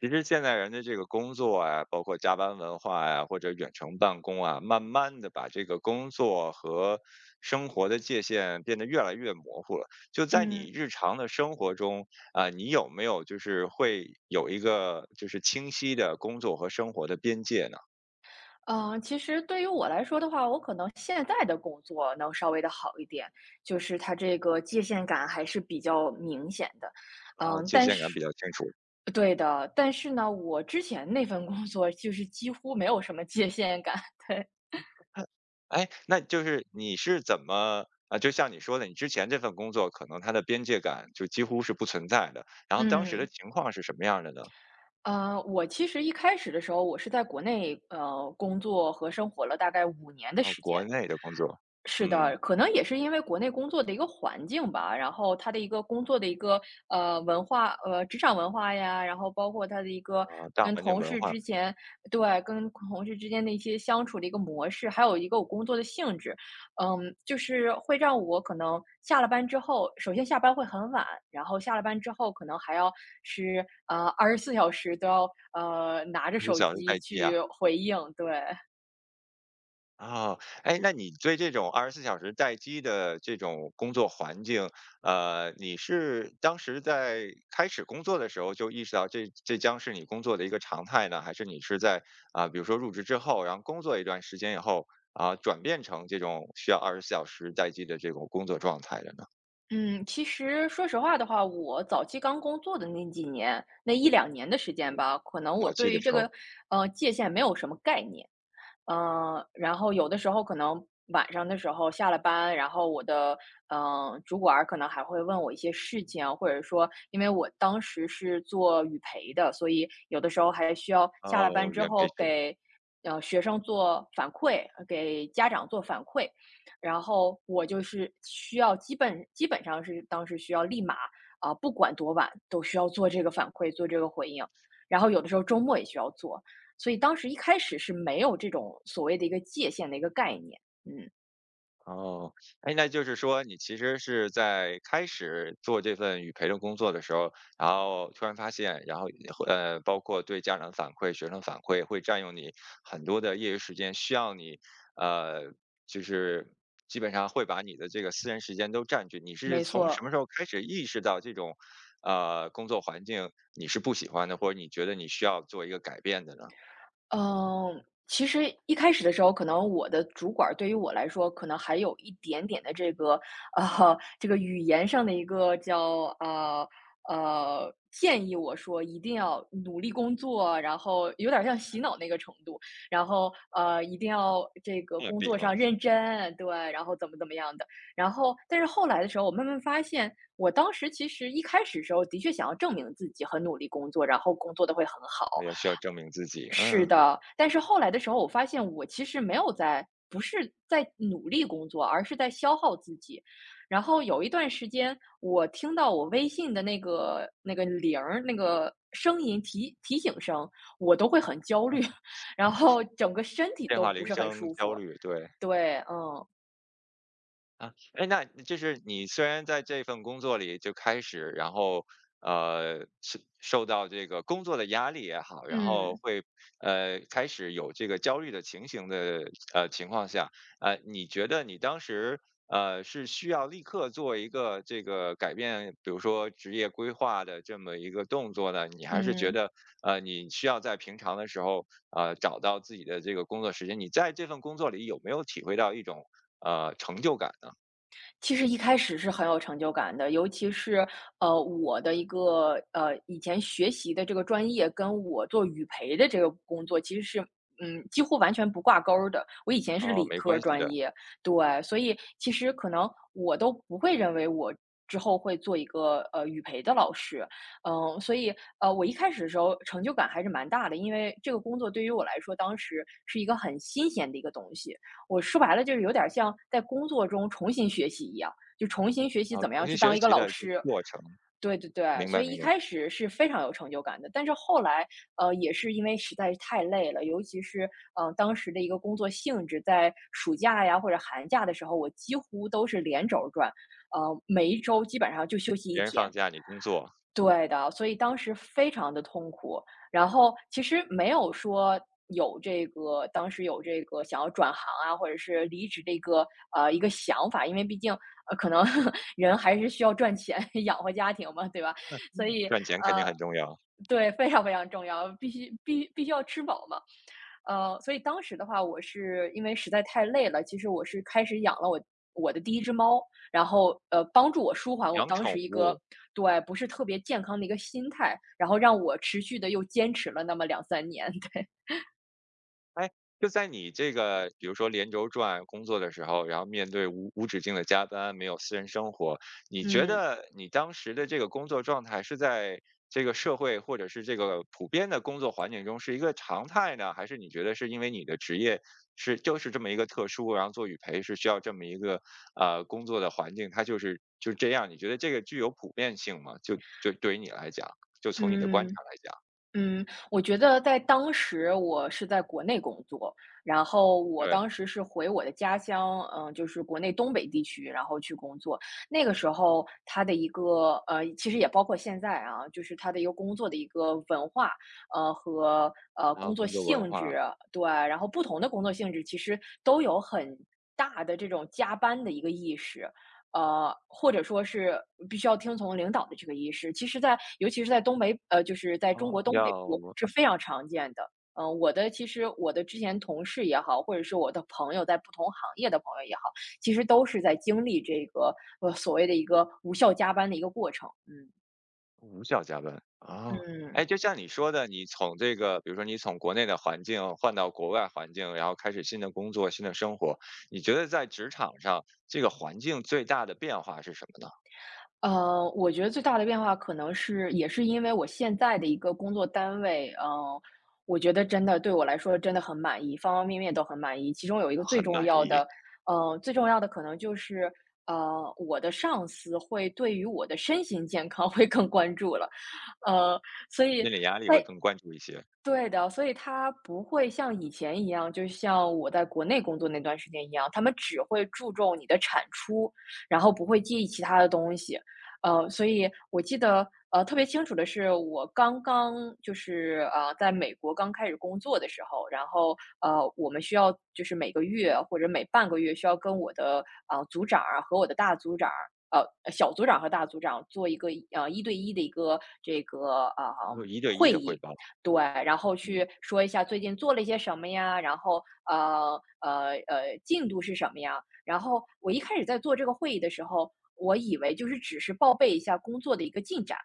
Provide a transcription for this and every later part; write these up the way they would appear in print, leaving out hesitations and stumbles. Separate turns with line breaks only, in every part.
其实现在人的这个工作啊，包括加班文化呀、或者远程办公啊，慢慢的把这个工作和生活的界限变得越来越模糊了。就在你
嗯，
日常的生活中你有没有会有一个清晰的工作和生活的边界呢？
其实对于我来说的话，我可能现在的工作能稍微的好一点，就是它这个界限感还是比较明显的。
啊，
嗯，
界限感比较清楚。
对的，但是呢，我之前那份工作就是几乎没有什么界限感，对。
哎，那就是你是怎么啊？就像你说的，你之前这份工作可能它的边界感就几乎是不存在的，然后当时的
嗯。
情况是什么样的呢？
我其实一开始的时候，我是在国内工作和生活了大概5年的
哦，
时间。
国内的工作。
是
嗯。
的，可能也是因为国内工作的一个环境吧，然后他的一个工作的一个文化，职场文化呀，然后包括他的一个
啊，大
跟
环境
同
文
事
化
之前，对，跟同事之间的一些相处的一个模式，还有一个我工作的性质，就是会让我可能下了班之后，首先下班会很晚，然后下了班之后可能还要是24小时都要拿着
，24
手
小时待
机
机啊。
去回应，对。
啊。哎，那你对这种二十四小时待机的这种工作环境，你是当时在开始工作的时候就意识到这将是你工作的一个常态呢？还是你是在比如说入职之后，然后工作一段时间以后，啊，转变成这种需要二十四小时待机的这种工作状态的呢？
嗯，其实说实话的话，我早期刚工作的那几年，那一两年的时
嗯，
间吧，可能我
早期
对
的
于这
时
个
候。
界限没有什么概念。然后有的时候可能晚上的时候下了班，然后我的主管儿可能还会问我一些事情，或者说因为我当时是做语培的，所以有的时候还需要下了
哦，
班之
原培
后
训。
给学生做反馈，给家长做反馈，然后我就是需要基本上是当时需要立马啊、不管多晚都需要做这个反馈，做这个回应，然后有的时候周末也需要做。所以当时一开始是没有这种所谓的一个界限的一个概念，嗯，
哦。哎，那就是说你其实是在开始做这份语培的工作的时候，然后突然发现，然后包括对家长反馈、学生反馈，会占用你很多的业余时间，需要你呃，就是基本上会把你的这个私人时间都占据。你是
没
从什
错。
么时候开始意识到这种工作环境你是不喜欢的，或者你觉得你需要做一个改变的呢？
嗯，其实一开始的时候，可能我的主管儿对于我来说，可能还有一点点的这个，这个语言上的一个建议我说一定要努力工作，然后有点儿像洗脑那个程度，然后一定要这个
月
工
饼。
作上认真，对，然后怎么怎么样的。然后，但是后来的时候，我慢慢发现，我当时其实一开始时候的确想要证明自己很努力工作，然后工作的会很好。
要需要证明自己。嗯。
是的，但是后来的时候，我发现我其实没有在，不是在努力工作，而是在消耗自己。然后有一段时间，我听到我微信的那个铃儿，那个声音提醒声，我都会很焦虑，然后整个身体
电
都
话
不
铃
是很
声，
舒
焦
服。
虑，对。
对，嗯，
啊。哎，那就是你虽然在这份工作里就开始，然后是受到这个工作的压力也好，然后
嗯，
会开始有这个焦虑的情形的情况下，你觉得你当时是需要立刻做一个这个改变，比如说职业规划的这么一个动作呢？你还是觉
嗯。
得你需要在平常的时候找到自己的这个工作时间？你在这份工作里有没有体会到一种成就感呢？
其实一开始是很有成就感的，尤其是，我的一个，以前学习的这个专业跟我做语培的这个工作其实是，几乎完全不挂钩儿的。我以前是
哦，
理
没
科
关系
专
的。
业，对，所以其实可能我都不会认为我之后会做一个，语培的老师。嗯，所以，我一开始的时候成就感还是蛮大的，因为这个工作对于我来说当时是一个很新鲜的一个东西。我说白了就是有点像在工作中重新学习一样，就重新学习
啊，
怎么
重
样
新
去
学
当一个
习
老
的一个
师。
过程。
对对对，
明
所
白
以一
明白。
开始是非常有成就感的，但是后来，也是因为实在是太累了，尤其是当时的一个工作性质，在暑假呀或者寒假的时候，我几乎都是连轴转，每一周基本上就休息一
别人放
天，
假，你工作。
对的，所以当时非常的痛苦。然后其实没有说有这个当时有这个想要转行啊，或者是离职的一个想法，因为毕竟，可能 人还是需要赚钱 养活家庭嘛，对吧？所以，
赚钱肯定
呃，
很重要。
对，非常非常重要，必须要吃饱嘛。所以当时的话，我是因为实在太累了，其实我是开始养了我的第一只猫，然后帮助我舒缓我
养
当时
宠
一个，
物。
对，不是特别健康的一个心态，然后让我持续的又坚持了那么两三年。对，
哎，就在你这个比如说连轴转工作的时候，然后面对无止境的加班，没有私人生活，你觉
嗯
得你当时的这个工作状态是在这个社会或者是这个普遍的工作环境中是一个常态呢，还是你觉得是因为你的职业是就是这么一个特殊，然后做语培是需要这么一个工作的环境，它就是这样？你觉得这个具有普遍性吗？就对于你来讲，就从你的观察
嗯。
来讲，
我觉得在当时我是在国内工作，然后我
对，
当时是回我的家乡，就是国内东北地区，然后去工作。那个时候他的一个其实也包括现在啊，就是他的一个工作的一个文化，和
然后
工作
工作文
性质，
化。
对，然后不同的工作性质其实都有很大的这种加班的一个意识，或者说是必须要听从领导的这个意识，其实尤其是在东北，就是在中
哦，
国东北
要
部是非常常见的。其实我的之前同事也好，或者是我的朋友，在不同行业的朋友也好，其实都是在经历这个所谓的一个无效加班的一个过程。嗯
无效加班，啊！
嗯。
哎，就像你说的，你从这个比如说你从国内的环境换到国外环境，然后开始新的工作、新的生活，你觉得在职场上这个环境最大的变化是什么呢？
我觉得最大的变化可能是也是因为我现在的一个工作单位，我觉得真的对我来说真的很满意，方方面面都很满意。其中有一个最
很
重
满
要
意。
的，呃，最重要的可能就是，我的上司会对于我的身心健康 会更关注了，呃，所以
心理压力会
哎。
更关注一些。
对的，所以他不会像以前一样，就像我在国内工作那段时间一样，他们只会注重你的产出，然后不会介意其他的东西。所以我记得，特别清楚的是，我刚刚就是在美国刚开始工作的时候，然后我们需要就是每个月或者每半个月需要跟我的组长啊和我的大组长。呃，小组长和大组长做一个一对一的一个这个。
有一对一的汇报。
对，然后
嗯。
去说一下最近做了一些什么呀，然后进度是什么呀？然后我一开始在做这个会议的时候，我以为就是只是报备一下工作的一个进展，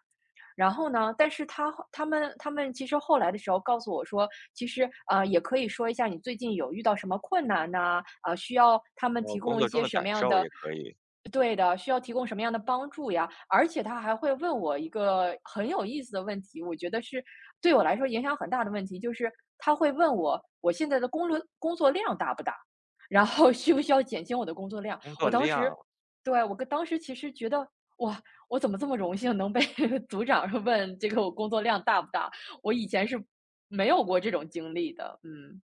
然后呢，但是他们其实后来的时候告诉我说，其实，也可以说一下你最近有遇到什么困难呐，需要他们
然后
提
工
供一
作中
些
的
什
感
么样
受
的，
也可以。
对的，需要提供什么样的帮助呀？而且他还会问我一个很有意思的问题，我觉得是对我来说影响很大的问题，就是他会问我现在的工作量大不大，然后需不需要减轻我的工作量？
工作
我当时，
量。
对，当时其实觉得，哇，我怎么这么荣幸能被 组长问这个我工作量大不大？我以前是没有过这种经历的。嗯，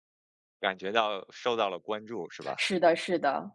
感觉到受到了关注，是吧？
是的，是的。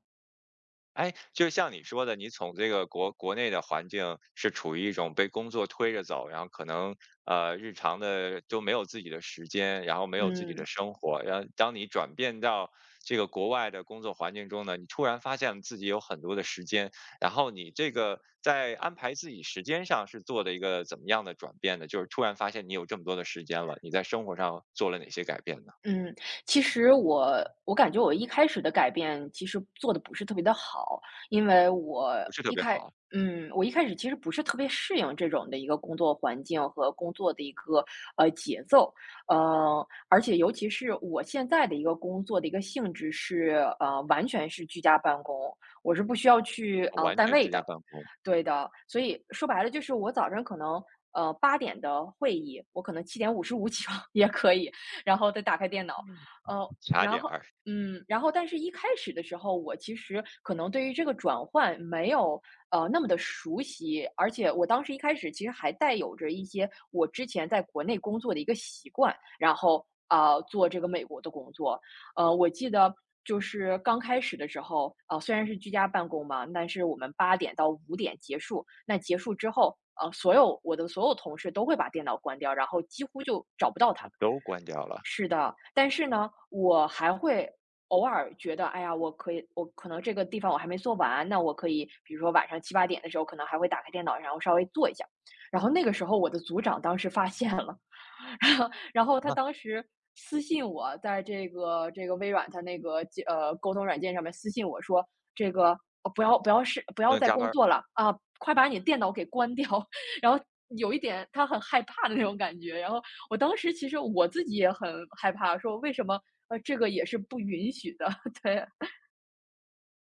哎，就像你说的，你从这个国内的环境是处于一种被工作推着走，然后可能日常的都没有自己的时间，然后没有自己的
嗯。
生活，然后当你转变到这个国外的工作环境中呢，你突然发现自己有很多的时间，然后你这个在安排自己时间上是做的一个怎么样的转变呢？就是突然发现你有这么多的时间了，你在生活上做了哪些改变呢？
嗯，其实我感觉我一开始的改变其实做的不是特别的好，因为
不是特
一
别
开
好。
我一开始其实不是特别适应这种的一个工作环境和工作的一个，节奏。而且尤其是我现在的一个工作的一个性质是，完全是居家办公，我是不需要去
完
单
全
位
居家
的。
办公。
对的，所以说白了就是我早上可能八点的会议，我可能7点55起床 也可以，然后再打开电脑，
嗯。
呃，
卡
然
点
后
儿。
嗯，然后但是一开始的时候，我其实可能对于这个转换没有那么的熟悉，而且我当时一开始其实还带有着一些我之前在国内工作的一个习惯，然后。做这个美国的工作，我记得就是刚开始的时候，虽然是居家办公嘛，但是我们8点到5点结束。那结束之后，所有所有同事都会把电脑关掉，然后几乎就找不到他
啊
们。
都关掉了。
是的，但是呢，我还会偶尔觉得，哎呀，我可以，我可能这个地方我还没做完，那我可以，比如说晚上7、8点的时候，可能还会打开电脑，然后稍微做一下。然后那个时候，我的组长当时发现了，然后他
啊，
当时私信我，在这个微软他那个沟通软件上面私信我说：“这个，哦不
不
要
能
再
加
工
班儿。
作了，啊，快把你电脑给关掉。然后有一点他很害怕的那种感觉，然后我当时我自己也很害怕，说为什么，这个也是不允许的，对，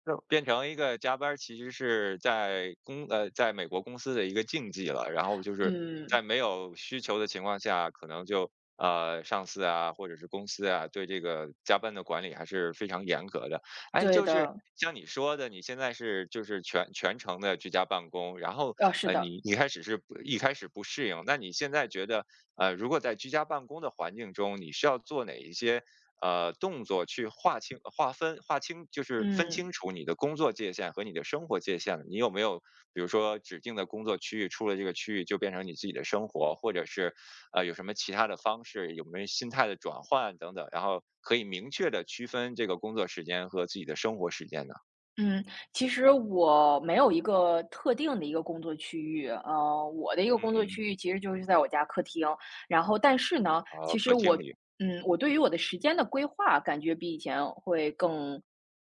就变成一个加班其实是在在美国公司的一个禁忌了。然后就是
嗯，
在没有需求的情况下，可能就上司啊，或者是公司啊，对这个加班的管理还是非常严格的。哎，
对
就是
的，
像你说的，你现在是就是全程的居家办公，然后
啊，是的，
你一开始是不一开始不适应，那你现在觉得如果在居家办公的环境中，你需要做哪一些？动作去划清，就是分
嗯。
清楚你的工作界限和你的生活界限了。你有没有比如说指定的工作区域，出了这个区域就变成你自己的生活，或者是有什么其他的方式，有没有心态的转换等等，然后可以明确的区分这个工作时间和自己的生活时间呢？
嗯，其实我没有一个特定的一个工作区域，我的一个工作区域其实就是在我家客厅。然后，但是呢，
然后
其实
各厅
我，
里。
嗯，我对于我的时间的规划，感觉比以前会更，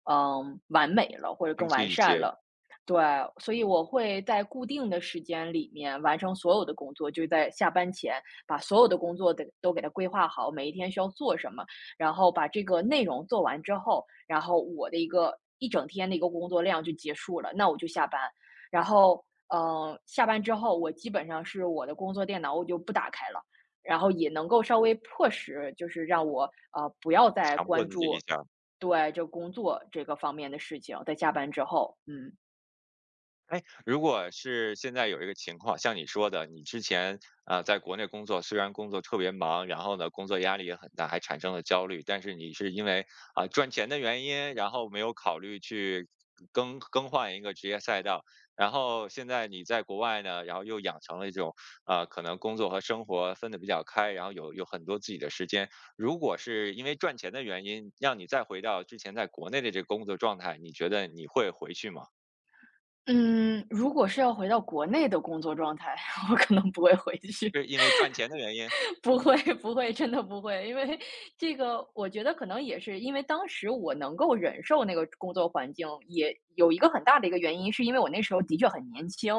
嗯，完美了，或者
清
更
晰
完
一
善
些。
了。对，所以我会在固定的时间里面完成所有的工作，就是在下班前把所有的工作得都给它规划好，每一天需要做什么。然后把这个内容做完之后，然后我的一个一整天的一个工作量就结束了，那我就下班。然后，下班之后，我基本上是我的工作电脑我就不打开了，然后也能够稍微迫使，就是让我不要再
强迫
关
自己一
注
下。
对这工作这个方面的事情，在下班之后，嗯。
哎，如果是现在有一个情况，像你说的，你之前在国内工作，虽然工作特别忙，然后呢工作压力也很大，还产生了焦虑，但是你是因为赚钱的原因，然后没有考虑去更换一个职业赛道，然后现在你在国外呢，然后又养成了一种可能工作和生活分得比较开，然后有很多自己的时间。如果是因为赚钱的原因，让你再回到之前在国内的这个工作状态，你觉得你会回去吗？
嗯，如果是要回到国内的工作状态，我可能不会回去。
是因为赚钱的原因。然
不会 不会，真的不会，因为这个我觉得可能也是因为当时我能够忍受那个工作环境，也有一个很大的一个原因，是因为我那时候的确很年轻，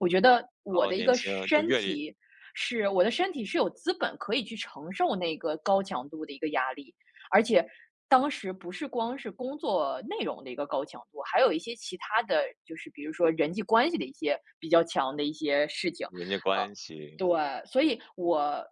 我觉得
后年轻就阅历、
我的身体是有资本可以去承受那个高强度的一个压力，而且当时不是光是工作内容的一个高强度，还有一些其他的，就是比如说人际关系的一些比较强的一些事情，
人际
呃，
关系。
对，所以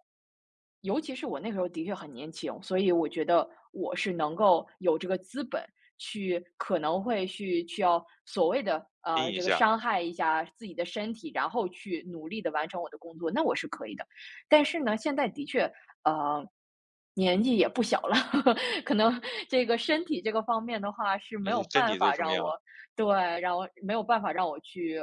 尤其是我那个时候的确很年轻，所以我觉得我是能够有这个资本去可能会去要所谓的，
拼一
这个
下。
伤害一下自己的身体，然后去努力的完成我的工作，那我是可以的。但是呢，现在的确，呃，年纪也不小了，可能这个身体这个方面的话是
还
没
是
有
身
办
体最
法
重
让
要。
我对，然后没有办法让我去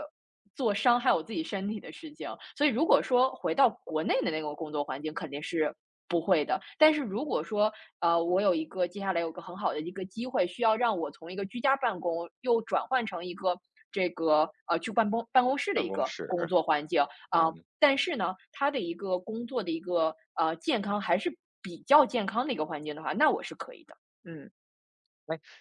做伤害我自己身体的事情。所以如果说回到国内的那个工作环境，肯定是不会的。但是如果说，我有一个接下来有个很好的一个机会，需要让我从一个居家办公又转换成一个这个去办公室的
办
一
公
个
室。
工作环境
嗯。
但是呢，他的一个工作的一个健康还是比较健康的一个环境的话，那我是可以的。嗯。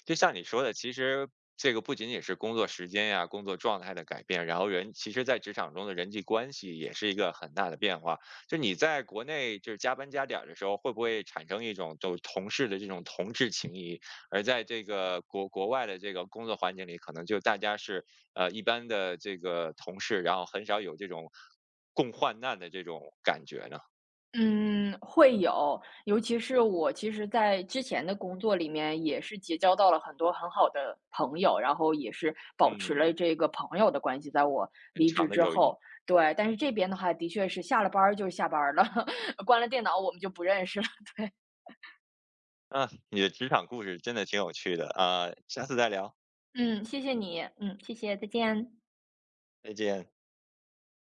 就像你说的，其实这个不仅仅是工作时间呀、工作状态的改变，然后人其实在职场中的人际关系也是一个很大的变化。就你在国内就是加班加点儿的时候，会不会产生一种就同事的这种同志情谊？而在这个国外的这个工作环境里，可能就大家是一般的这个同事，然后很少有这种共患难的这种感觉呢？
嗯，会有，尤其是我其实在之前的工作里面也是结交到了很多很好的朋友，然后也是保持
嗯，
了这个朋友的关系，在我
很
离职
长的
之
友谊。
后。对，但是这边的话，的确是下了班儿就是下班儿了，关了电脑我们就不认识了。对，
啊，你的职场故事真的挺有趣的啊，下次再聊，
嗯，谢谢你，嗯，谢谢，再见。
再见。